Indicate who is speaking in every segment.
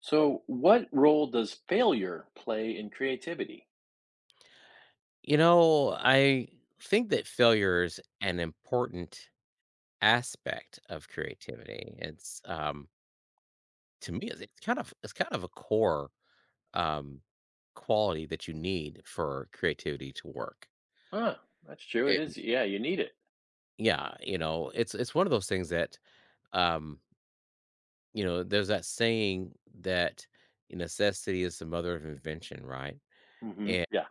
Speaker 1: So, what role does failure play in creativity?
Speaker 2: You know, I think that failure is an important aspect of creativity. It's To me, it's kind of a core um quality that you need for creativity to work.
Speaker 1: Huh, that's true. It
Speaker 2: It,
Speaker 1: is. Yeah, you need it.
Speaker 2: yeah, it's one of those things that um there's that saying that necessity is the mother of invention, right?
Speaker 1: Hmm.
Speaker 2: And
Speaker 1: Yeah.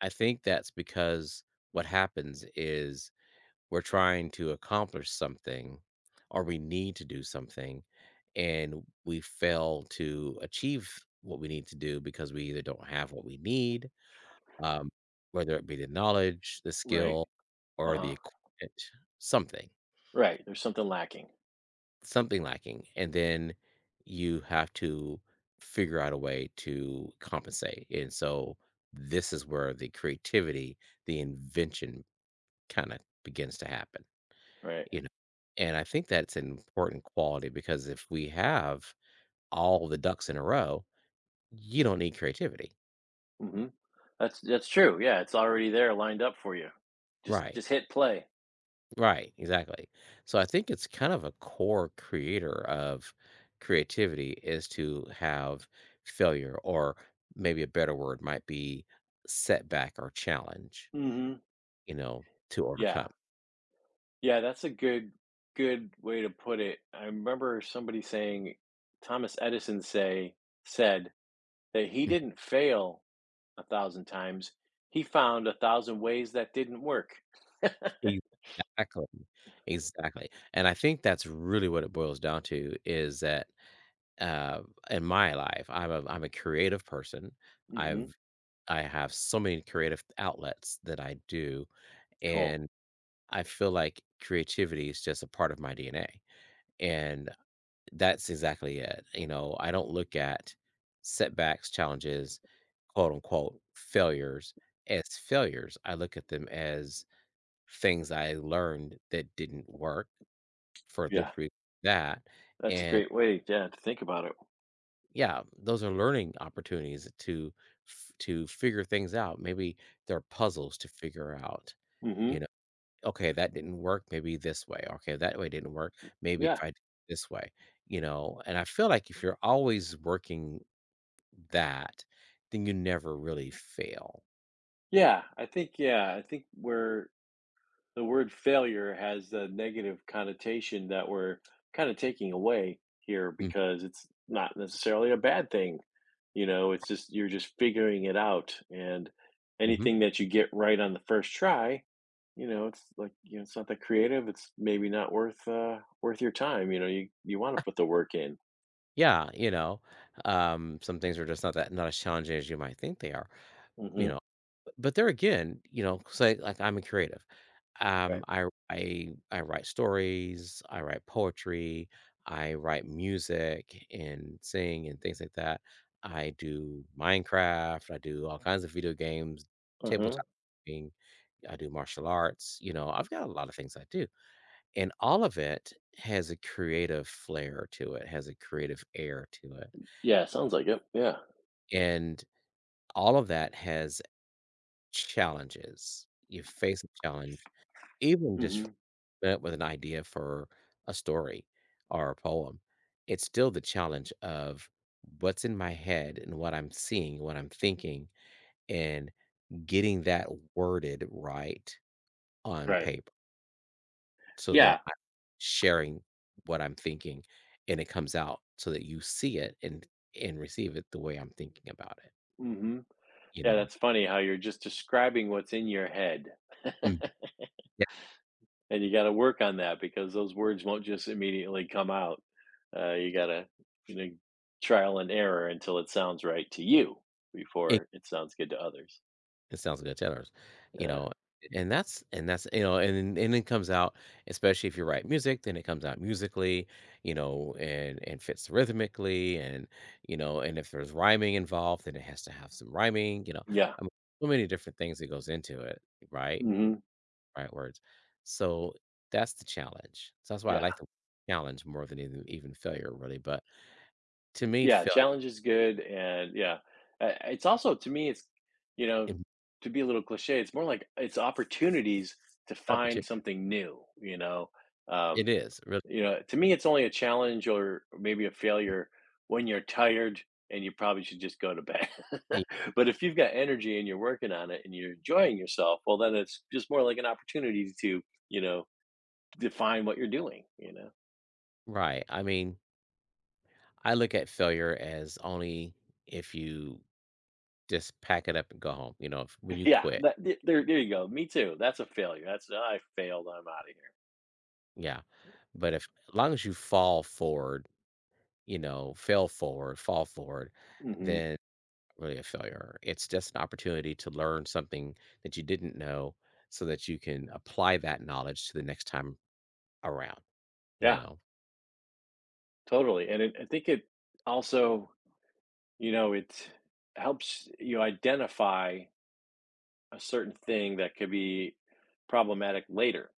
Speaker 2: I think that's because what happens is we're trying to accomplish something, or we need to do something, and we fail to achieve what we need to do because we either don't have what we need, um, whether it be the knowledge, the
Speaker 1: Right.
Speaker 2: skill,
Speaker 1: Uh
Speaker 2: or the
Speaker 1: huh.
Speaker 2: equipment. something
Speaker 1: Right. There's something lacking.
Speaker 2: something lacking, and then you have to figure out a way to compensate. And so this is where the creativity, the invention, kind of begins to happen,
Speaker 1: Right.
Speaker 2: you know and I think that's an important quality, because if we have all the ducks in a row, you don't need creativity.
Speaker 1: Hmm. That's true. Yeah, it's already there, lined up for you. Just
Speaker 2: Right.
Speaker 1: just hit play.
Speaker 2: Right, exactly. So I think it's kind of a core creator of creativity is to have failure, or maybe a better word might be setback or challenge,
Speaker 1: Hmm.
Speaker 2: to
Speaker 1: Yeah.
Speaker 2: overcome.
Speaker 1: Yeah. That's a good way to put it. I remember somebody saying Thomas Edison say said that he didn't fail a thousand times. He found a thousand ways that didn't work.
Speaker 2: Mhm. Exactly, exactly. And I think that's really what it boils down to is that, Uh, in my life, I'm a creative person.
Speaker 1: Hmm.
Speaker 2: I've I have so many creative outlets that I do,
Speaker 1: Cool.
Speaker 2: and I feel like creativity is just a part of my DNA. And that's exactly it. You know, I don't look at setbacks, challenges, quote unquote failures as failures. I look at them as things I learned that didn't work for this
Speaker 1: Yeah,
Speaker 2: reason, that,
Speaker 1: that's a
Speaker 2: and
Speaker 1: great way, yeah, to think about it.
Speaker 2: yeah, those are learning opportunities to to figure things out. Maybe there are puzzles to figure out. You
Speaker 1: Mhm.
Speaker 2: know, okay, that didn't work. Maybe this way. Okay, that way didn't work. Maybe
Speaker 1: Yeah.
Speaker 2: if I did it this way. You know, and I feel like if you're always working that, then you never really fail.
Speaker 1: Yeah, I think where the word failure has a negative connotation that we're kinda taking away here
Speaker 2: Mm.
Speaker 1: because it's not necessarily a bad thing, you know, it's just you're just figuring it out, and
Speaker 2: Mm-hmm.
Speaker 1: anything that you get right on the first try, you know, it's like, you know, it's not that creative, it's maybe not worth, worth your time, you know, you wanna put the work in.
Speaker 2: Yeah, some things are just not as challenging as you might think they are. You
Speaker 1: Mhm.
Speaker 2: know, but there again, say, like, I'm a creative.
Speaker 1: Right.
Speaker 2: I write stories, I write poetry, I write music and sing and things like that. I do Minecraft, I do all kinds of video games,
Speaker 1: Uh-huh.
Speaker 2: tabletop gaming, I do martial arts, I've got a lot of things I do. And all of it has a creative flair to it, has a creative air to it.
Speaker 1: Yeah, sounds like it. Yeah.
Speaker 2: And all of that has challenges. You face a challenge even
Speaker 1: Mhm.
Speaker 2: just coming up with an idea for a story or a poem. It's still the challenge of what's in my head and what I'm seeing, what I'm thinking, and getting that worded right on
Speaker 1: Right.
Speaker 2: paper, so that
Speaker 1: Yeah.
Speaker 2: I'm sharing what I'm thinking, and it comes out so that you see it and receive it the way I'm thinking about it,
Speaker 1: Mhm.
Speaker 2: you
Speaker 1: Yeah,
Speaker 2: know?
Speaker 1: that's funny how you're just describing what's in your head.
Speaker 2: Mhm. Yeah.
Speaker 1: And you gotta work on that because those words won't just immediately come out. You gotta, you know, trial and error until it sounds right to you before it sounds good to others.
Speaker 2: It sounds good, $10, you
Speaker 1: Yeah.
Speaker 2: know, and that's and then and it comes out, especially if you write music, then it comes out musically, you know, and fits rhythmically, and, you know, and if there's rhyming involved, then it has to have some rhyming, you know,
Speaker 1: Yeah.
Speaker 2: I mean, so many different things that goes into it, right?
Speaker 1: Mhm.
Speaker 2: Right words. So, that's the challenge. So that's why I
Speaker 1: Yeah.
Speaker 2: like the challenge more than even failure, really. But to me,
Speaker 1: Yeah,
Speaker 2: failure
Speaker 1: challenge is good, and yeah, it's also to me, you know,
Speaker 2: in
Speaker 1: to be a little cliche, it's more like it's opportunities to
Speaker 2: opportu
Speaker 1: find something new.
Speaker 2: it
Speaker 1: Um,
Speaker 2: is, really.
Speaker 1: you know, to me, it's only a challenge or maybe a failure when you're tired and you probably should just go to bed.
Speaker 2: eh,
Speaker 1: But if you've got energy and you're working on it and you're enjoying yourself, well, then it's just more like an opportunity to you know define what you're doing. You know.
Speaker 2: right, I mean, I look at failure as only if you just pack it up and go home, you know, if, when you
Speaker 1: Yeah,
Speaker 2: quit.
Speaker 1: that th there there you go. Me too. That's a failure. That's, "Ah, I failed. I'm out of here."
Speaker 2: Yeah. But if as long as you fall forward, you know, fail forward, fall forward,
Speaker 1: Mhm.
Speaker 2: then really a failure. It's just an opportunity to learn something that you didn't know so that you can apply that knowledge to the next time around. you
Speaker 1: Yeah,
Speaker 2: know.
Speaker 1: totally, and it I think it also, you know, it helps you identify a certain thing that could be problematic later.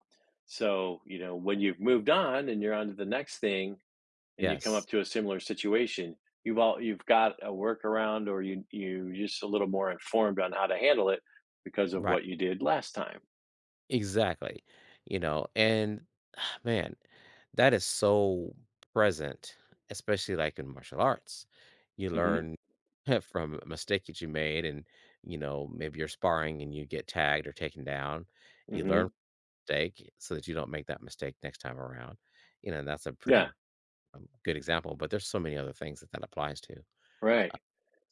Speaker 1: So, you know, when you've moved on and you're on to the next thing and you come up
Speaker 2: Yes.
Speaker 1: to a similar situation, you've got a workaround, or you just a little more informed on how to handle it because of
Speaker 2: Right.
Speaker 1: what you did last time.
Speaker 2: Exactly, and man, that is so present, especially, like, in martial arts. You
Speaker 1: Mhm,
Speaker 2: learn from a mistake that you made, and, maybe you're sparring and you get tagged or taken down. You learn from
Speaker 1: mhm.
Speaker 2: mistake so that you don't make that mistake next time around, you know, and that's a
Speaker 1: Yeah.
Speaker 2: pretty, good example. But there's so many other things that applies to,
Speaker 1: Right.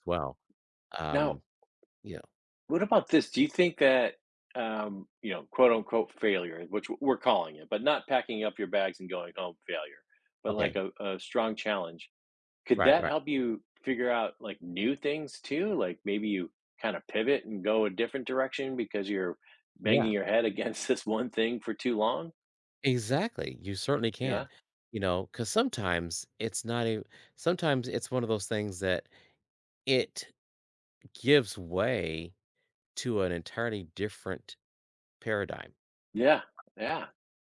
Speaker 2: as well.
Speaker 1: Now,
Speaker 2: Um, you know
Speaker 1: what about this? Do you think that, you know, quote unquote failure, we're calling it, but not packing up your bags and going home failure, but like
Speaker 2: okay.
Speaker 1: a strong challenge, could
Speaker 2: Right,
Speaker 1: that
Speaker 2: right.
Speaker 1: help you figure out like new things too? Like maybe you kind of pivot and go a different direction because you're
Speaker 2: Yeah.
Speaker 1: banging your head against this one thing for too long?
Speaker 2: Exactly, you certainly
Speaker 1: Yeah.
Speaker 2: can, because sometimes it's not a, sometimes it's one of those things that it gives way to an entirely different paradigm,
Speaker 1: Yeah. Yeah.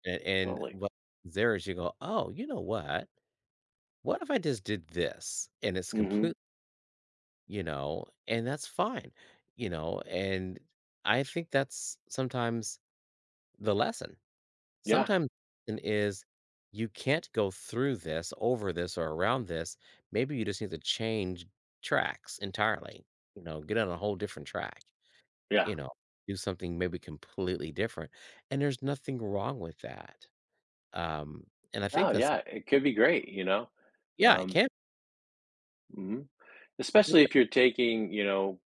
Speaker 2: and
Speaker 1: Totally.
Speaker 2: what there is you go, "Oh, you know what? What if I just did this?" And it's
Speaker 1: Hmm.
Speaker 2: complete, and that's fine, you know, and I think that's sometimes the lesson.
Speaker 1: Yeah.
Speaker 2: Sometimes it is you can't go through this, over this, or around this. Maybe you just need to change tracks entirely. You know, get on a whole different track.
Speaker 1: Yeah.
Speaker 2: You know, do something maybe completely different. And there's nothing wrong with that. Um, and I
Speaker 1: Oh,
Speaker 2: think that's—
Speaker 1: yeah. It could be great, you know?
Speaker 2: yeah, it
Speaker 1: Um,
Speaker 2: can
Speaker 1: mhm.
Speaker 2: be.
Speaker 1: Especially if you're taking, you know,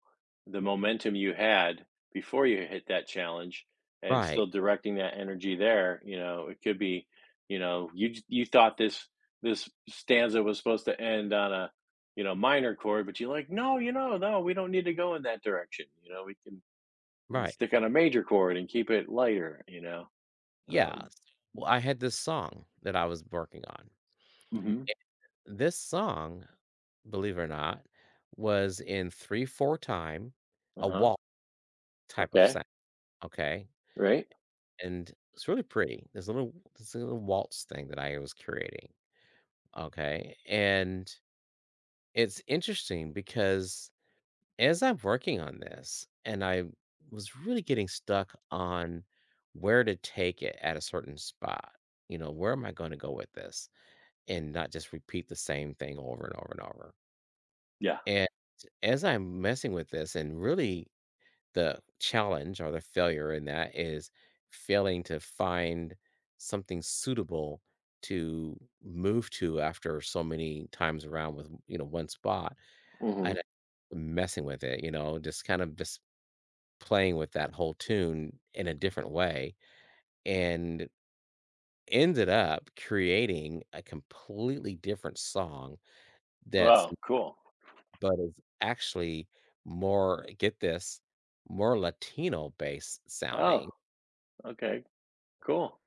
Speaker 1: the momentum you had before you hit that challenge and
Speaker 2: Right,
Speaker 1: still directing that energy there, you know, it could be, you know, you thought this stanza was supposed to end on a, you know, minor chord, but you're like, "No, you know, no, we don't need to go in that direction. You know, we can
Speaker 2: right.
Speaker 1: stick on a major chord and keep it lighter, you know."
Speaker 2: Yeah.
Speaker 1: Um,
Speaker 2: Well, I had this song that I was working on.
Speaker 1: mhm.
Speaker 2: And this song, believe it or not, was in 3/4 time, a
Speaker 1: Uh-huh.
Speaker 2: waltz type of
Speaker 1: Okay.
Speaker 2: sound. Okay,
Speaker 1: Right?
Speaker 2: and it's really pretty. There's a little waltz thing that I was curating, okay? And it's interesting because as I'm working on this and I was really getting stuck on where to take it at a certain spot. You know, where am I going to go with this and not just repeat the same thing over and over and over?
Speaker 1: Yeah.
Speaker 2: And as I'm messing with this and really, the challenge or the failure in that is failing to find something suitable to move to after so many times around with, one spot, and
Speaker 1: Mhm.
Speaker 2: messing with it, just kind of just playing with that whole tune in a different way, and ended up creating a completely different song that's
Speaker 1: Wow, cool.
Speaker 2: but is actually more, get this, more Latino based
Speaker 1: Oh,
Speaker 2: sounding.
Speaker 1: okay. Cool.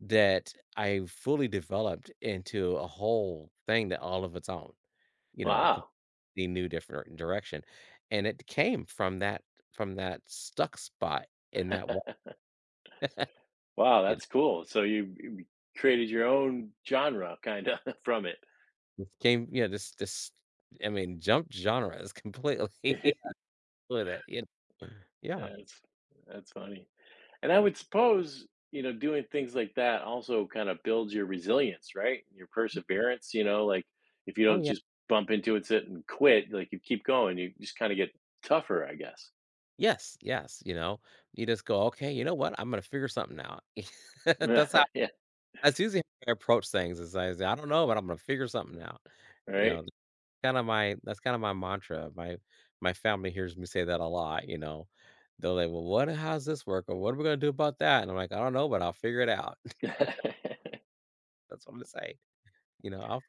Speaker 2: That I fully developed into a whole thing, that all of its own, you know,
Speaker 1: Wow.
Speaker 2: completely new different direction, and it came from that stuck spot in that wall,
Speaker 1: Wow,
Speaker 2: it
Speaker 1: that's cool. So you created your own genre kinda from it.
Speaker 2: just came, this I mean, jumped genres completely with it, you know? Yeah.
Speaker 1: That's that's funny. And I would suppose, you know, doing things like that also kinda builds your resilience, right? Your perseverance, you know, like, if you
Speaker 2: Oh,
Speaker 1: don't
Speaker 2: yeah.
Speaker 1: just bump into it, sit and quit, like, you keep going, you just kinda get tougher, I guess.
Speaker 2: Yes, yes, you know? You just go, "Okay, you know what? I'm gonna figure something out." That's how
Speaker 1: Yeah,
Speaker 2: that's usually how I approach things is I say, "I don't know, but I'm gonna figure something out," you
Speaker 1: right?
Speaker 2: know? Kind of my That's kind of my mantra. My family hears me say that a lot, you know. They're like, "Well, what how's this work? Or what are we gonna do about that?" And I'm like, "I don't know, but I'll figure it out." That's what I'm gonna say. You know, I'll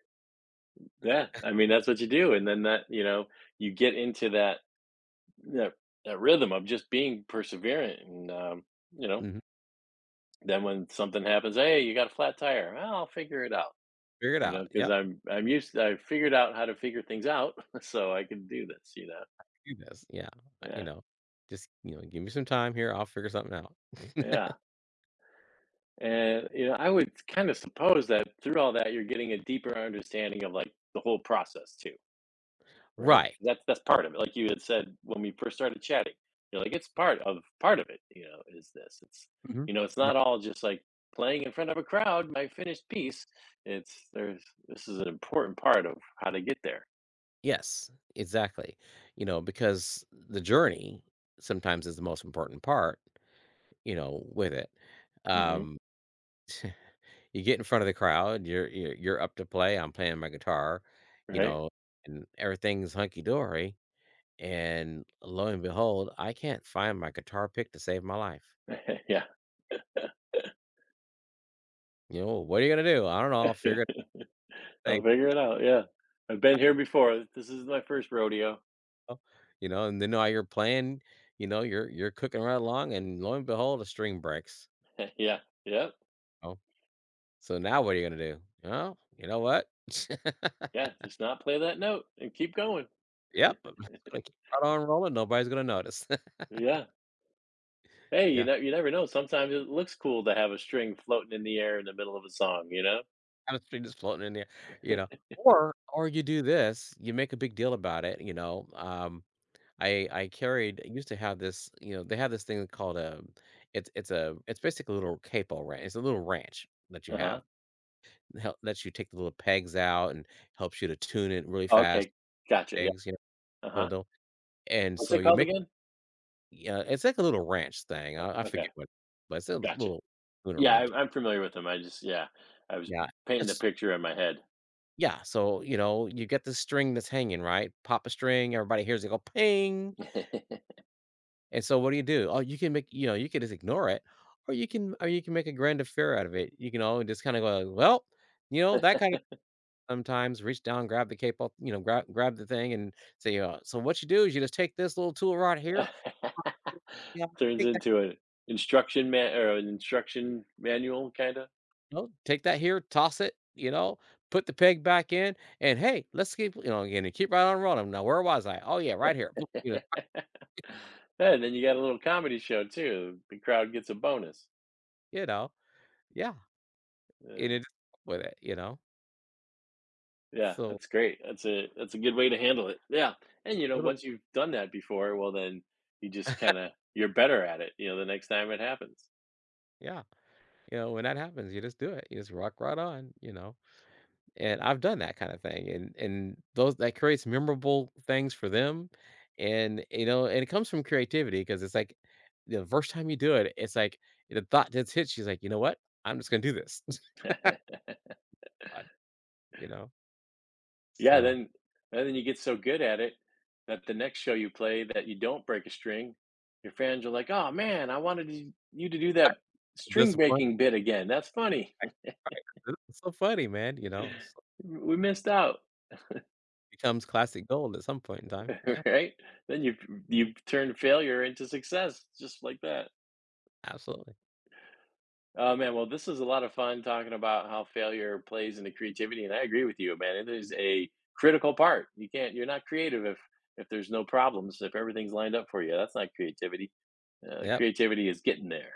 Speaker 1: Yeah, I mean, that's what you do, and then that you know, you get into that that rhythm of just being perseverant and, you know,
Speaker 2: mhm,
Speaker 1: then when something happens, "Hey, you got a flat tire." "Well, I'll figure it out,"
Speaker 2: figure it
Speaker 1: you know,
Speaker 2: out.
Speaker 1: because
Speaker 2: Yep,
Speaker 1: I 'cause I figured out how to figure things out, so I can do this, you know?
Speaker 2: do this. Yeah, you
Speaker 1: Yeah,
Speaker 2: know, just give me some time here. I'll figure something out.
Speaker 1: yeah, and, you know, I would kinda suppose that through all that, you're getting a deeper understanding of, like, the whole process too. Right?
Speaker 2: right.
Speaker 1: That's part of it. Like you had said when we first started chatting, you're like, it's part of it, you know, is this. It's
Speaker 2: Hmm.
Speaker 1: you know, it's not
Speaker 2: Right.
Speaker 1: all just like playing in front of a crowd, my finished piece. It's there's this is an important part of how to get there.
Speaker 2: Yes. Exactly. You know, because the journey sometimes is the most important part. You know, with it.
Speaker 1: Hmm.
Speaker 2: Um, You get in front of the crowd, you're up to play, I'm playing my guitar, you
Speaker 1: Right?
Speaker 2: know, and everything's hunky dory, and lo and behold, I can't find my guitar pick to save my life.
Speaker 1: Yeah.
Speaker 2: You know, "What are you gonna do?" "I don't know, I'll figure it out," you
Speaker 1: I'll figure it out. Yeah. I've been here before. This is my first rodeo.
Speaker 2: know? You know, and then while you're playing, you know, you're cooking right along, and lo and behold, a string breaks.
Speaker 1: Yeah. Yep.
Speaker 2: Oh, so now what are you gonna do? Oh, you know what?
Speaker 1: Yeah. Just not play that note and keep going.
Speaker 2: Yep, I'm just gonna keep right on rolling, nobody's gonna notice."
Speaker 1: Yeah. Hey, you
Speaker 2: Yep.
Speaker 1: know you never know, sometimes it looks cool to have a string floating in the air in the middle of a song, you know?
Speaker 2: Chemistry just floating in there, you know? Or you do this, you make a big deal about it, you know? I used to have this, you know, they have this thing called a, it's basically a little capo ranch. It's a little ranch that you have.
Speaker 1: Uh-huh.
Speaker 2: That hel lets you take the little pegs out and helps you to tune it really fast,
Speaker 1: Okay, gotcha, yeah,
Speaker 2: pegs, you know, little
Speaker 1: uh-huh.
Speaker 2: though, and
Speaker 1: What's
Speaker 2: so
Speaker 1: it
Speaker 2: you
Speaker 1: called
Speaker 2: make—
Speaker 1: again?
Speaker 2: yeah, it's like a little ranch thing. I
Speaker 1: Okay,
Speaker 2: forget what, but it's a
Speaker 1: gotcha.
Speaker 2: little tuner
Speaker 1: Yeah,
Speaker 2: ranch.
Speaker 1: I'm familiar with them, I just yeah, I was
Speaker 2: Yeah,
Speaker 1: painting the
Speaker 2: it's
Speaker 1: picture in my head.
Speaker 2: Yeah, so, you know, you get the string that's hanging, right? Pop a string, everybody hears it go ping, and so what do you do? Oh, you can make— you know, you can just ignore it, or you can make a grand affair out of it. You can all just kinda go, like, "Well," you know, that kind of— sometimes reach down, grab the cape off, you know, grab the thing and say, "So what you do is you just take this little tool right here, you know,
Speaker 1: Turns
Speaker 2: take that
Speaker 1: into an instruction manual, kinda?
Speaker 2: you know, take that here, toss it, you know, put the peg back in, and hey, let's keep" you know, again, and keep right on rolling. Now, where was I? Oh, yeah, right here. You know
Speaker 1: And then you got a little comedy show too, the crowd gets a bonus.
Speaker 2: You know? Yeah. And
Speaker 1: Yeah.
Speaker 2: it, with it, you know?
Speaker 1: Yeah,
Speaker 2: So,
Speaker 1: that's great. That's a good way to handle it. Yeah. And you know,
Speaker 2: little
Speaker 1: once you've done that before, well then you just kind of you're better at it, you know, the next time it happens.
Speaker 2: yeah, you know, when that happens, you just do it. You just rock right on, you know? And I've done that kinda thing, and those that creates memorable things for them, and, you know, and it comes from creativity because it's like the first time you do it, it's like the thought just hits. She's like, "You know what? I'm just gonna do this." I You know?
Speaker 1: Yeah,
Speaker 2: So,
Speaker 1: then and then you get so good at it that the next show you play that you don't break a string, your fans are like, "Oh man, you to do that string
Speaker 2: discipline
Speaker 1: breaking bit again. That's funny.
Speaker 2: it's so funny, man, you know? It's
Speaker 1: We missed out."
Speaker 2: becomes classic gold at some point in time. Yeah,
Speaker 1: Right? Then you turn failure into success just like that.
Speaker 2: absolutely.
Speaker 1: Oh man, well, this is a lot of fun talking about how failure plays into creativity, and I agree with you, man. It is a critical part. You can't, you're not creative if there's no problems, if everything's lined up for you. That's not creativity.
Speaker 2: Yep,
Speaker 1: Creativity is getting there.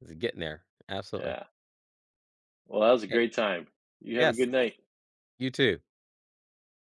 Speaker 2: it's getting there. Absolutely.
Speaker 1: Yeah. Well, that was a
Speaker 2: Hey,
Speaker 1: great time. You have a
Speaker 2: yes.
Speaker 1: good night.
Speaker 2: You too.